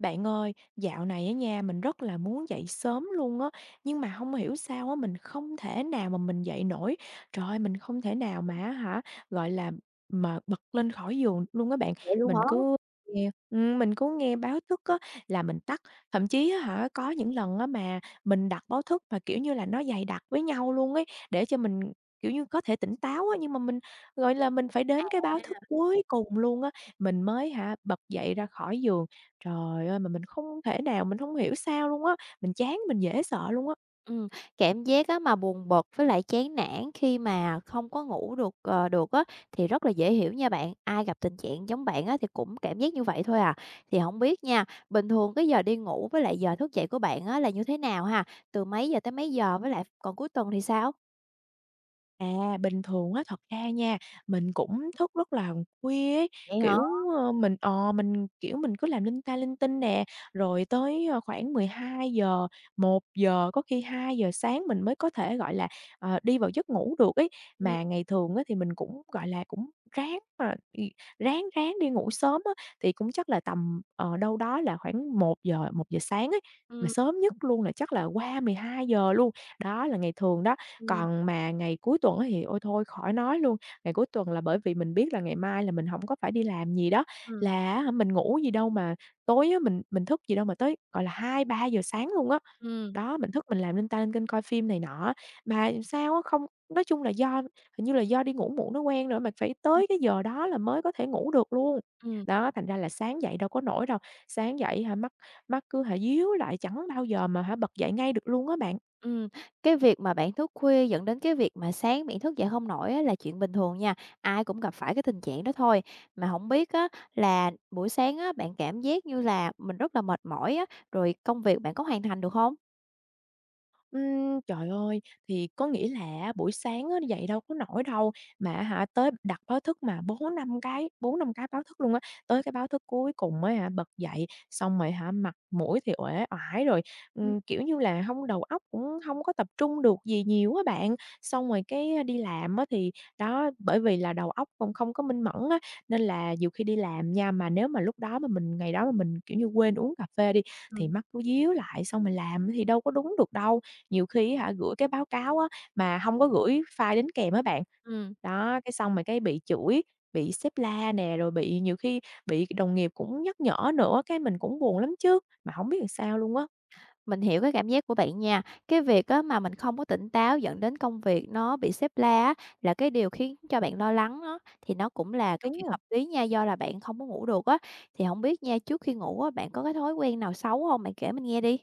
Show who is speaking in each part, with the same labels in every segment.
Speaker 1: Bạn ơi, dạo này ở nhà mình rất là muốn dậy sớm luôn á, nhưng mà không hiểu sao á, mình không thể nào mà mình dậy nổi. Trời ơi, mình không thể nào mà á hả, gọi là, mà bật lên khỏi giường luôn á bạn.
Speaker 2: Vậy luôn
Speaker 1: Mình
Speaker 2: hả?
Speaker 1: cứ mình cứ nghe báo thức á là mình tắt. Thậm chí á hả, có những lần á mà mình đặt báo thức mà, kiểu như là, nó dày đặc với nhau luôn ấy, để cho mình, kiểu như, có thể tỉnh táo á, nhưng mà mình, gọi là, mình phải đến cái báo
Speaker 2: À,
Speaker 1: thức cuối cùng luôn á, mình mới hả, bật dậy ra khỏi giường. Trời ơi, mà mình không thể nào mình không hiểu sao luôn á, mình chán, mình dễ sợ luôn á.
Speaker 2: ừm, Cảm giác á mà buồn bực với lại chán nản khi mà không có ngủ được, được á, thì rất là dễ hiểu nha bạn. Ai gặp tình trạng giống bạn á thì cũng cảm giác như vậy thôi à. Thì không biết nha, bình thường cái giờ đi ngủ với lại giờ thức dậy của bạn á là như thế nào ha? Từ mấy giờ tới mấy giờ? Với lại còn cuối tuần thì sao?
Speaker 1: À, bình thường á, thật ra nha, mình cũng thức rất là khuya ấy,
Speaker 2: Vậy hả?
Speaker 1: kiểu, mình mình, kiểu, mình cứ làm linh ta linh tinh nè, rồi tới, khoảng mười hai giờ, một giờ có khi hai giờ sáng mình mới có thể, gọi là, đi vào giấc ngủ được ấy.
Speaker 2: Ừm,
Speaker 1: Mà ngày thường á, thì mình cũng, gọi là, cũng ráng mà ráng ráng đi ngủ sớm á, thì cũng chắc là tầm, đâu đó là khoảng một giờ sáng ấy, mà
Speaker 2: ừm,
Speaker 1: sớm nhất luôn là chắc là qua mười hai giờ luôn. Đó là ngày thường đó.
Speaker 2: ừm, ừm,
Speaker 1: Còn mà ngày cuối tuần á thì ôi thôi khỏi nói luôn, ngày cuối tuần là bởi vì mình biết là ngày mai là mình hổng có phải đi làm gì đó, là á hả mình ngủ gì đâu mà tối á mình thức gì đâu mà tới, gọi là, hai ba giờ sáng luôn á.
Speaker 2: ừm,
Speaker 1: Đó, mình thức mình làm linh ta linh kênh coi phim này nọ, mà sao á không, nói chung là do hình như là do đi ngủ muộn nó quen rồi, mà phải
Speaker 2: ừm,
Speaker 1: tới cái giờ đó là mới có thể ngủ được luôn. Đó, thành ra là sáng dậy đâu có nổi đâu, sáng dậy hả mắt mắt cứ hả díu lại chẳng bao giờ mà hả bật dậy ngay được luôn á bạn.
Speaker 2: Ừm, cái việc mà bạn thức khuya dẫn đến cái việc mà sáng bạn thức dậy không nổi á là chuyện bình thường nha, ai cũng gặp phải cái tình trạng đó thôi. Mà không biết á là buổi sáng á, bạn cảm giác như là mình rất là mệt mỏi á, rồi công việc bạn có hoàn thành được không?
Speaker 1: Trời ơi, thì có nghĩa là buổi sáng á dậy đâu có nổi đâu, mà á hả, tới đặt báo thức mà bốn năm cái báo thức luôn á. Tới cái báo thức cuối cùng mới hả, bật dậy, xong rồi hả, mặt mũi thì uể oải rồi,
Speaker 2: Ừm,
Speaker 1: kiểu như là, không đầu óc cũng không có tập trung được gì nhiều á bạn. Xong rồi cái đi làm á thì đó, bởi vì là đầu óc còn không có minh mẫn á, nên là nhiều khi đi làm nha, mà nếu mà lúc đó mà mình ngày đó mà mình, kiểu như, quên uống cà phê đi, thì
Speaker 2: ừm.
Speaker 1: mắt cứ díu lại xong rồi làm thì đâu có đúng được đâu. Nhiều khi á hả, gửi cái báo cáo á, mà hông có gửi file đính kèm á bạn.
Speaker 2: Ừm,
Speaker 1: Đó, cái xong rồi cái bị chửi, bị sếp la nè, rồi bị nhiều khi bị đồng nghiệp cũng nhắc nhở nữa, cái mình cũng buồn lắm chứ, mà hổng biết làm sao luôn á.
Speaker 2: mình hiểu cái cảm giác của bạn nha. Cái việc á mà mình không có tỉnh táo dẫn đến công việc nó bị xếp la á, là cái điều khiến cho bạn lo lắng á, thì nó cũng là cái
Speaker 1: Đúng
Speaker 2: chuyện
Speaker 1: rồi.
Speaker 2: hợp lý nha, do là bạn không có ngủ được á. Thì không biết nha, trước khi ngủ á, bạn có cái thói quen nào xấu không? Bạn kể mình nghe đi.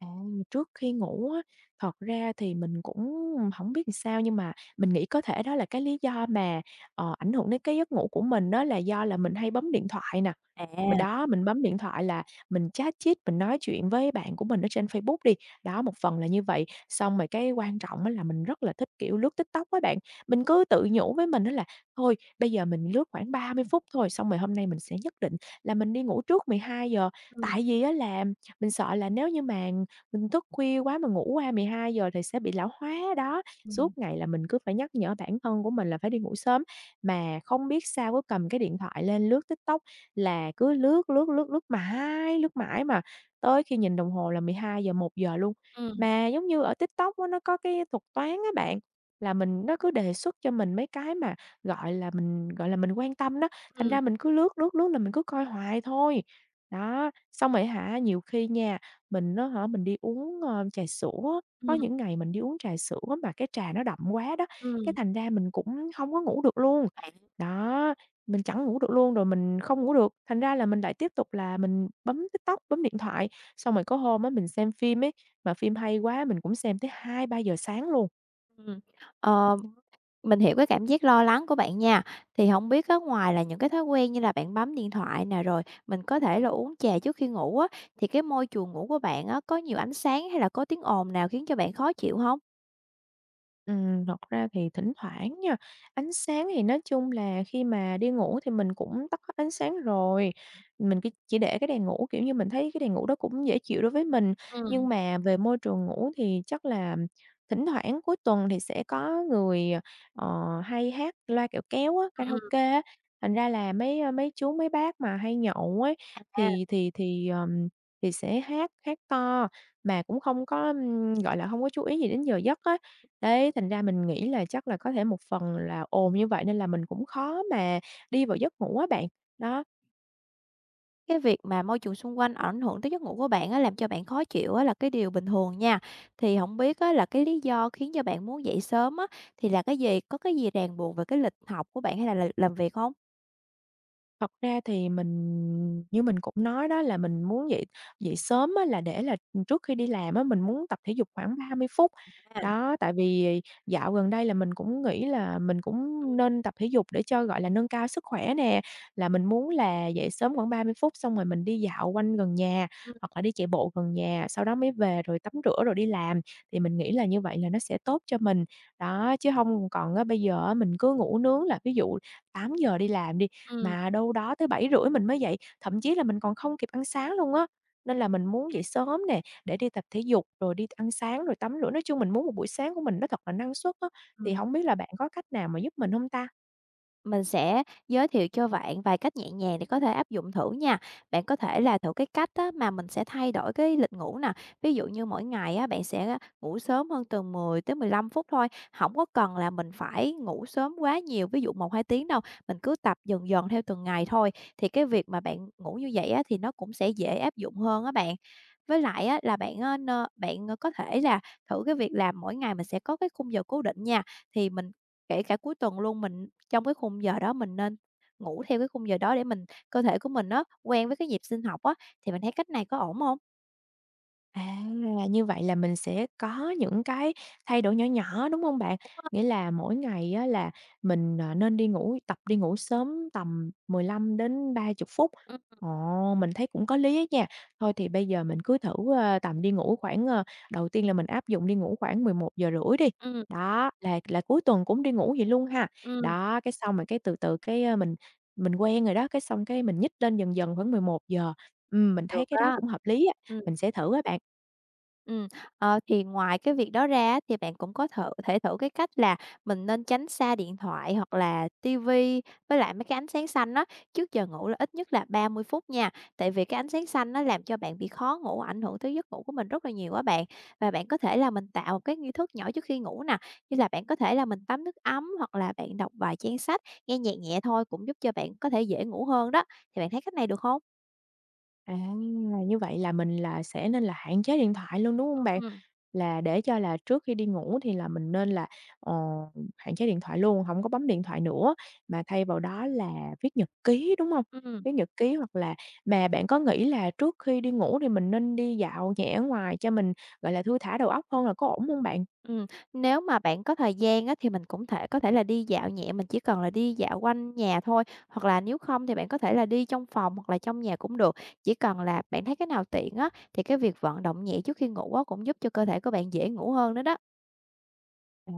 Speaker 1: À, trước khi ngủ á, thật ra thì mình cũng hổng biết làm sao nhưng mà mình nghĩ có thể đó là cái lý do mà, ảnh hưởng đến cái giấc ngủ của mình á, là do là mình hay bấm điện thoại nè.
Speaker 2: À.
Speaker 1: Mà đó, mình bấm điện thoại là mình chat chít, mình nói chuyện với bạn của mình ở trên Facebook đi. Đó, một phần là như vậy. Xong rồi cái quan trọng á là mình rất là thích, kiểu, lướt TikTok á bạn. Mình cứ tự nhủ với mình đó là "Thôi, bây giờ mình lướt khoảng 30 phút thôi, xong rồi hôm nay mình sẽ nhất định là mình đi ngủ trước mười hai giờ".
Speaker 2: Ừm,
Speaker 1: Tại vì á là mình sợ là nếu như mà mình thức khuya quá mà ngủ qua mười hai giờ thì sẽ bị lão hóa. Đó,
Speaker 2: ừm,
Speaker 1: suốt ngày là mình cứ phải nhắc nhở bản thân của mình là phải đi ngủ sớm, mà không biết sao cứ cầm cái điện thoại lên lướt TikTok là cứ lướt, lướt, lướt, lướt mãi mà tới khi nhìn đồng hồ là mười hai giờ một giờ luôn.
Speaker 2: ừm,
Speaker 1: Mà giống như ở TikTok á, nó có cái thuật toán á bạn, là mình nó cứ đề xuất cho mình mấy cái mà, gọi là, mình quan tâm đó, thành ra
Speaker 2: ừm,
Speaker 1: mình cứ lướt, lướt, lướt là mình cứ coi hoài thôi. Đó, xong rồi hả, nhiều khi nha, mình nó hả, mình đi uống, trà sữa á, có
Speaker 2: ừm,
Speaker 1: những ngày mình đi uống trà sữa mà cái trà nó đậm quá đó, cái
Speaker 2: ừm.
Speaker 1: thành ra mình cũng không có ngủ được luôn.
Speaker 2: À,
Speaker 1: Đó, mình chẳng ngủ được luôn, rồi mình không ngủ được, thành ra là mình lại tiếp tục là mình bấm TikTok, bấm điện thoại. Xong rồi có hôm á, mình xem phim ấy, mà phim hay quá mình cũng xem tới hai ba giờ sáng luôn.
Speaker 2: ừm. Ờ, Mình hiểu cái cảm giác lo lắng của bạn nha. Thì hổng biết á, ngoài là những cái thói quen như là bạn bấm điện thoại nè, rồi mình có thể là uống trà trước khi ngủ á, thì cái môi trường ngủ của bạn á, có nhiều ánh sáng hay là có tiếng ồn nào khiến cho bạn khó chịu hông?
Speaker 1: Thật ra thì thỉnh thoảng nha, ánh sáng thì nói chung là khi mà đi ngủ thì mình cũng tắt hết ánh sáng rồi, mình cứ chỉ để cái đèn ngủ, kiểu như, mình thấy cái đèn ngủ đó cũng dễ chịu đối với mình.
Speaker 2: Ừm,
Speaker 1: Nhưng
Speaker 2: ừm,
Speaker 1: mà về môi trường ngủ thì chắc là thỉnh thoảng cuối tuần thì sẽ có người, ờ, hay hát loa kẹo kéo á,
Speaker 2: ừm.
Speaker 1: karaoke á, thành ra là mấy, mấy chú, mấy bác mà hay nhậu ấy thì thì, thì sẽ hát hát to mà cũng không có, gọi là, không có chú ý gì đến giờ giấc á. Đấy, thành ra mình nghĩ là chắc là có thể một phần là ồn như vậy nên là mình cũng khó mà đi vào giấc ngủ á bạn. Đó.
Speaker 2: Cái việc mà môi trường xung quanh ảnh hưởng tới giấc ngủ của bạn á, làm cho bạn khó chịu á, là cái điều bình thường nha. Thì không biết á, là cái lý do khiến cho bạn muốn dậy sớm á, thì là cái gì? Có cái gì ràng buộc về cái lịch học của bạn hay là làm việc không?
Speaker 1: Thật ra thì mình như mình cũng nói đó là mình muốn dậy dậy sớm á, là để là, trước khi đi làm á, mình muốn tập thể dục khoảng 30 phút.
Speaker 2: À,
Speaker 1: Đó, tại vì dạo gần đây là mình cũng nghĩ là mình cũng nên tập thể dục để cho, gọi là, nâng cao sức khỏe nè, là mình muốn là dậy sớm khoảng 30 phút xong rồi mình đi dạo quanh gần nhà,
Speaker 2: Ừm,
Speaker 1: hoặc là đi chạy bộ gần nhà, sau đó mới về rồi tắm rửa rồi đi làm, thì mình nghĩ là như vậy là nó sẽ tốt cho mình. Đó, chứ không còn á, bây giờ á, mình cứ ngủ nướng là ví dụ tám giờ đi làm đi
Speaker 2: ừm,
Speaker 1: mà đâu đó tới bảy rưỡi mình mới dậy, thậm chí là mình còn không kịp ăn sáng luôn á. Nên là mình muốn dậy sớm nè, để đi tập thể dục, rồi đi ăn sáng, rồi tắm rửa, nói chung mình muốn một buổi sáng của mình nó thật là năng suất á. Thì
Speaker 2: ừm.
Speaker 1: không biết là bạn có cách nào mà giúp mình không ta?
Speaker 2: Mình sẽ giới thiệu cho bạn vài cách nhẹ nhàng để có thể áp dụng thử nha. Bạn có thể là thử cái cách á, mà mình sẽ thay đổi cái lịch ngủ nè. Ví dụ như mỗi ngày á, bạn sẽ ngủ sớm hơn từ 10 tới 15 phút thôi. Không có cần là mình phải ngủ sớm quá nhiều, ví dụ một 2 tiếng đâu. Mình cứ tập dần dần theo từng ngày thôi. Thì cái việc mà bạn ngủ như vậy á, thì nó cũng sẽ dễ áp dụng hơn á bạn. Với lại á, là bạn, ơ, n bạn, có thể là thử cái việc là mỗi ngày mình sẽ có cái khung giờ cố định nha. Thì mình Kể cả cuối tuần luôn, mình trong cái khung giờ đó mình nên ngủ theo cái khung giờ đó để mình cơ thể của mình nó quen với cái nhịp sinh học á, thì mình thấy cách này có ổn không?
Speaker 1: À, như vậy là mình sẽ có những cái thay đổi nhỏ nhỏ, đúng không bạn? Nghĩa là mỗi ngày á là mình, nên đi ngủ tập đi ngủ sớm tầm 15 đến 30 phút.
Speaker 2: Ừ,
Speaker 1: Ồ, mình thấy cũng có lý á nha. Thôi thì bây giờ mình cứ thử, tầm đi ngủ khoảng, đầu tiên là mình áp dụng đi ngủ khoảng mười một giờ rưỡi đi.
Speaker 2: ừm,
Speaker 1: Đó, là cuối tuần cũng đi ngủ vậy luôn ha.
Speaker 2: ừm,
Speaker 1: Đó, cái xong rồi cái từ từ cái, mình quen rồi đó, cái xong cái mình nhích lên dần dần khoảng 11:00. Mình thấy
Speaker 2: được
Speaker 1: cái đó
Speaker 2: á.
Speaker 1: cũng hợp lý á,
Speaker 2: Ừ.
Speaker 1: mình sẽ thử á bạn.
Speaker 2: Ừm, thì ngoài cái việc đó ra á, thì bạn cũng có thử thể thử cái cách là mình nên tránh xa điện thoại hoặc là ti vi với lại mấy cái ánh sáng xanh đó trước giờ ngủ là ít nhất là 30 phút nha. Tại vì cái ánh sáng xanh nó làm cho bạn bị khó ngủ, ảnh hưởng tới giấc ngủ của mình rất là nhiều á bạn. Và bạn có thể là mình tạo một cái nghi thức nhỏ trước khi ngủ nè, như là bạn có thể là mình tắm nước ấm hoặc là bạn đọc vài trang sách, nghe nhạc nhẹ thôi cũng giúp cho bạn có thể dễ ngủ hơn đó. Thì bạn thấy cách này được không?
Speaker 1: À, như vậy là mình là sẽ nên là hạn chế điện thoại luôn, đúng không bạn?
Speaker 2: Ừ.
Speaker 1: Là để cho là trước khi đi ngủ thì là mình nên là, ờ, hạn chế điện thoại luôn, không có bấm điện thoại nữa, mà thay vào đó là viết nhật ký, đúng không?
Speaker 2: Ừ.
Speaker 1: Viết nhật ký hoặc là mà bạn có nghĩ là trước khi đi ngủ thì mình nên đi dạo nhẹ ở ngoài cho mình, gọi là, thư thả đầu óc hơn là có ổn không bạn?
Speaker 2: Ừm, nếu mà bạn có thời gian á, thì mình cũng có thể là đi dạo nhẹ, mình chỉ cần là đi dạo quanh nhà thôi, hoặc là nếu không thì bạn có thể là đi trong phòng hoặc là trong nhà cũng được. Chỉ cần là bạn thấy cái nào tiện á, thì cái việc vận động nhẹ trước khi ngủ á, cũng giúp cho cơ thể của bạn dễ ngủ hơn nữa đó.
Speaker 1: À,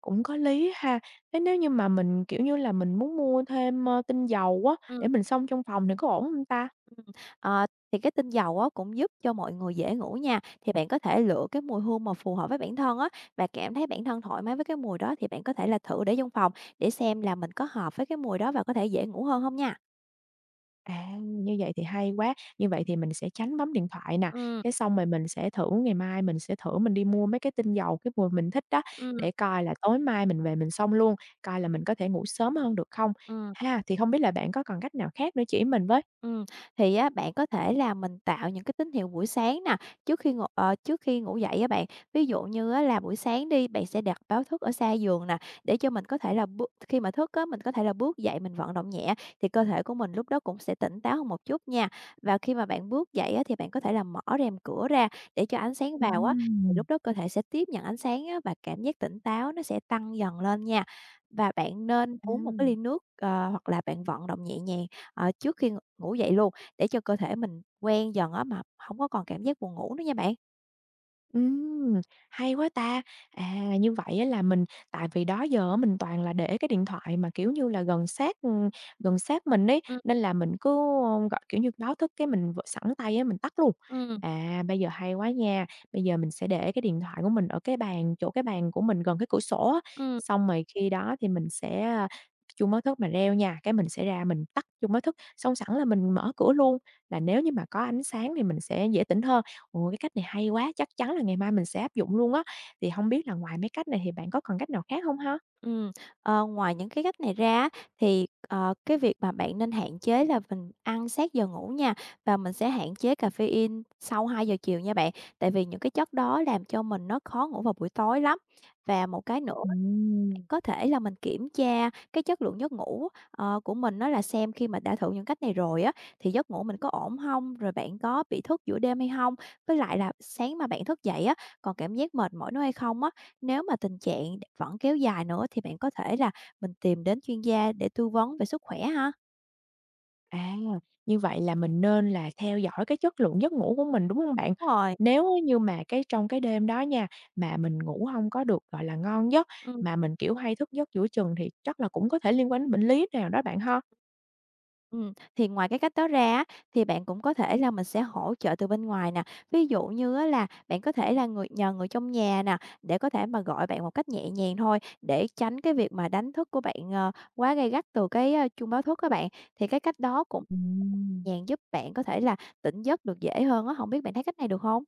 Speaker 1: cũng có lý ha. Thế nếu như mà mình, kiểu như là, mình muốn mua thêm, tinh dầu á,
Speaker 2: Ừm,
Speaker 1: để mình xông trong phòng thì có ổn không ta?
Speaker 2: ừm, ờ, thì cái tinh dầu á, cũng giúp cho mọi người dễ ngủ nha, thì bạn có thể lựa cái mùi hương mà phù hợp với bản thân á, và cảm thấy bản thân thoải mái với cái mùi đó thì bạn có thể là thử để trong phòng để xem là mình có hợp với cái mùi đó và có thể dễ ngủ hơn không nha.
Speaker 1: À, như vậy thì hay quá, như vậy thì mình sẽ tránh bấm điện thoại nè,
Speaker 2: Ừm,
Speaker 1: cái xong rồi mình sẽ thử ngày mai mình sẽ thử mình đi mua mấy cái tinh dầu cái mùi mình thích đó,
Speaker 2: ừm,
Speaker 1: để coi là tối mai mình về mình xông luôn, coi là mình có thể ngủ sớm hơn được không?
Speaker 2: ừm.
Speaker 1: Ha, thì không biết là bạn có còn cách nào khác nữa chỉ mình với?
Speaker 2: Ừm, thì á, bạn có thể là mình tạo những cái tín hiệu buổi sáng nè, trước khi ngủ dậy á bạn. Ví dụ như á là buổi sáng đi, bạn sẽ đặt báo thức ở xa giường nè, để cho mình có thể là bước khi mà thức á, mình có thể là bước dậy mình vận động nhẹ, thì cơ thể của mình lúc đó cũng sẽ tỉnh táo hơn một chút nha. Và khi mà bạn bước dậy á, thì bạn có thể là mở rèm cửa ra để cho ánh sáng vào á, thì
Speaker 1: Ừm.
Speaker 2: lúc đó cơ thể sẽ tiếp nhận ánh sáng á, và cảm giác tỉnh táo nó sẽ tăng dần lên nha. Và bạn nên
Speaker 1: À.
Speaker 2: uống một cái ly nước, hoặc là bạn vận động nhẹ nhàng trước khi ngủ dậy luôn, để cho cơ thể mình quen dần á, mà không có còn cảm giác buồn ngủ nữa nha bạn.
Speaker 1: Ừm, hay quá ta! À, như vậy á là mình tại vì đó giờ á mình toàn là để cái điện thoại mà, kiểu như là, gần sát mình ấy,
Speaker 2: Ừm,
Speaker 1: nên là mình cứ, gọi, kiểu như, báo thức cái mình v sẵn tay á mình tắt luôn.
Speaker 2: ừm,
Speaker 1: À, bây giờ hay quá nha, bây giờ mình sẽ để cái điện thoại của mình ở cái bàn chỗ cái bàn của mình gần cái cửa sổ á,
Speaker 2: ừm.
Speaker 1: xong rồi khi đó thì mình sẽ, a, chuông báo thức mà reo nha, cái mình sẽ ra mình tắt chuông báo thức, xong sẵn là mình mở cửa luôn, là nếu như mà có ánh sáng thì mình sẽ dễ tỉnh hơn. Ồ, cái cách này hay quá, chắc chắn là ngày mai mình sẽ áp dụng luôn á. Thì không biết là ngoài mấy cách này thì bạn có còn cách nào khác không ha?
Speaker 2: Ừm, ngoài những cái cách này ra á, thì, cái việc mà bạn nên hạn chế là mình ăn sát giờ ngủ nha, và mình sẽ hạn chế caffeine sau 2 giờ chiều nha bạn, tại vì những cái chất đó làm cho mình nó khó ngủ vào buổi tối lắm. Và một cái nữa
Speaker 1: Ừm.
Speaker 2: có thể là mình kiểm tra cái chất lượng giấc ngủ, của mình á là xem khi mà đã thử những cách này rồi á, thì giấc ngủ mình có ổn không? Rồi bạn có bị thức giữa đêm hay không? Với lại là sáng mà bạn thức dậy á, còn cảm giác mệt mỏi nữa hay không á? Nếu mà tình trạng vẫn kéo dài nữa thì bạn có thể là mình tìm đến chuyên gia để tư vấn về sức khỏe ha.
Speaker 1: À, như vậy là mình nên là theo dõi cái chất lượng giấc ngủ của mình, đúng không bạn?
Speaker 2: Đúng rồi.
Speaker 1: Nếu á như mà cái trong cái đêm đó nha, mà mình ngủ không có được, gọi là, ngon giấc,
Speaker 2: Ừm.
Speaker 1: mà mình, kiểu, hay thức giấc giữa chừng thì chắc là cũng có thể liên quan đến bệnh lý nào đó bạn ha?
Speaker 2: Thì ngoài cái cách đó ra á, thì bạn cũng có thể là mình sẽ hỗ trợ từ bên ngoài nè. Ví dụ như á là bạn có thể là nhờ người trong nhà nè, để có thể mà gọi bạn một cách nhẹ nhàng thôi, để tránh cái việc mà đánh thức của bạn, quá gay gắt từ cái, chuông báo thức các bạn. Thì cái cách đó cũng
Speaker 1: Ừm.
Speaker 2: nhàng giúp bạn có thể là tỉnh giấc được dễ hơn á, không biết bạn thấy cách này được không?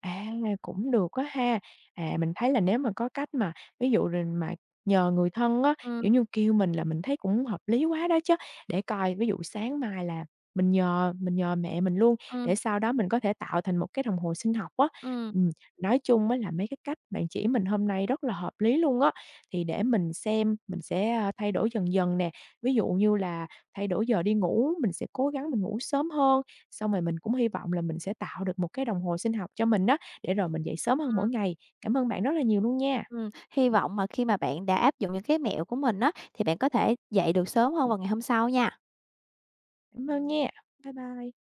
Speaker 1: À, cũng được á ha. À, mình thấy là nếu mà có cách mà ví dụ rồi mà nhờ người thân á,
Speaker 2: ừ
Speaker 1: kiểu như, kêu mình là mình thấy cũng hợp lý quá đó chứ, để coi ví dụ sáng mai là mình nhờ mẹ mình luôn,
Speaker 2: ừ
Speaker 1: để sau đó mình có thể tạo thành một cái đồng hồ sinh học á.
Speaker 2: ừ
Speaker 1: Ừm, nói chung á là mấy cái cách bạn chỉ mình hôm nay rất là hợp lý luôn á, thì để mình xem mình sẽ, a, thay đổi dần dần nè. Ví dụ như là thay đổi giờ đi ngủ, mình sẽ cố gắng mình ngủ sớm hơn, xong rồi mình cũng hy vọng là mình sẽ tạo được một cái đồng hồ sinh học cho mình á để rồi mình dậy sớm hơn mỗi ngày. Cảm ơn bạn rất là nhiều luôn nha.
Speaker 2: ừm, hy vọng mà khi mà bạn đã áp dụng những cái mẹo của mình á, thì bạn có thể dậy được sớm hơn vào ngày hôm sau nha.
Speaker 1: Cảm ơn nha. Bye bye.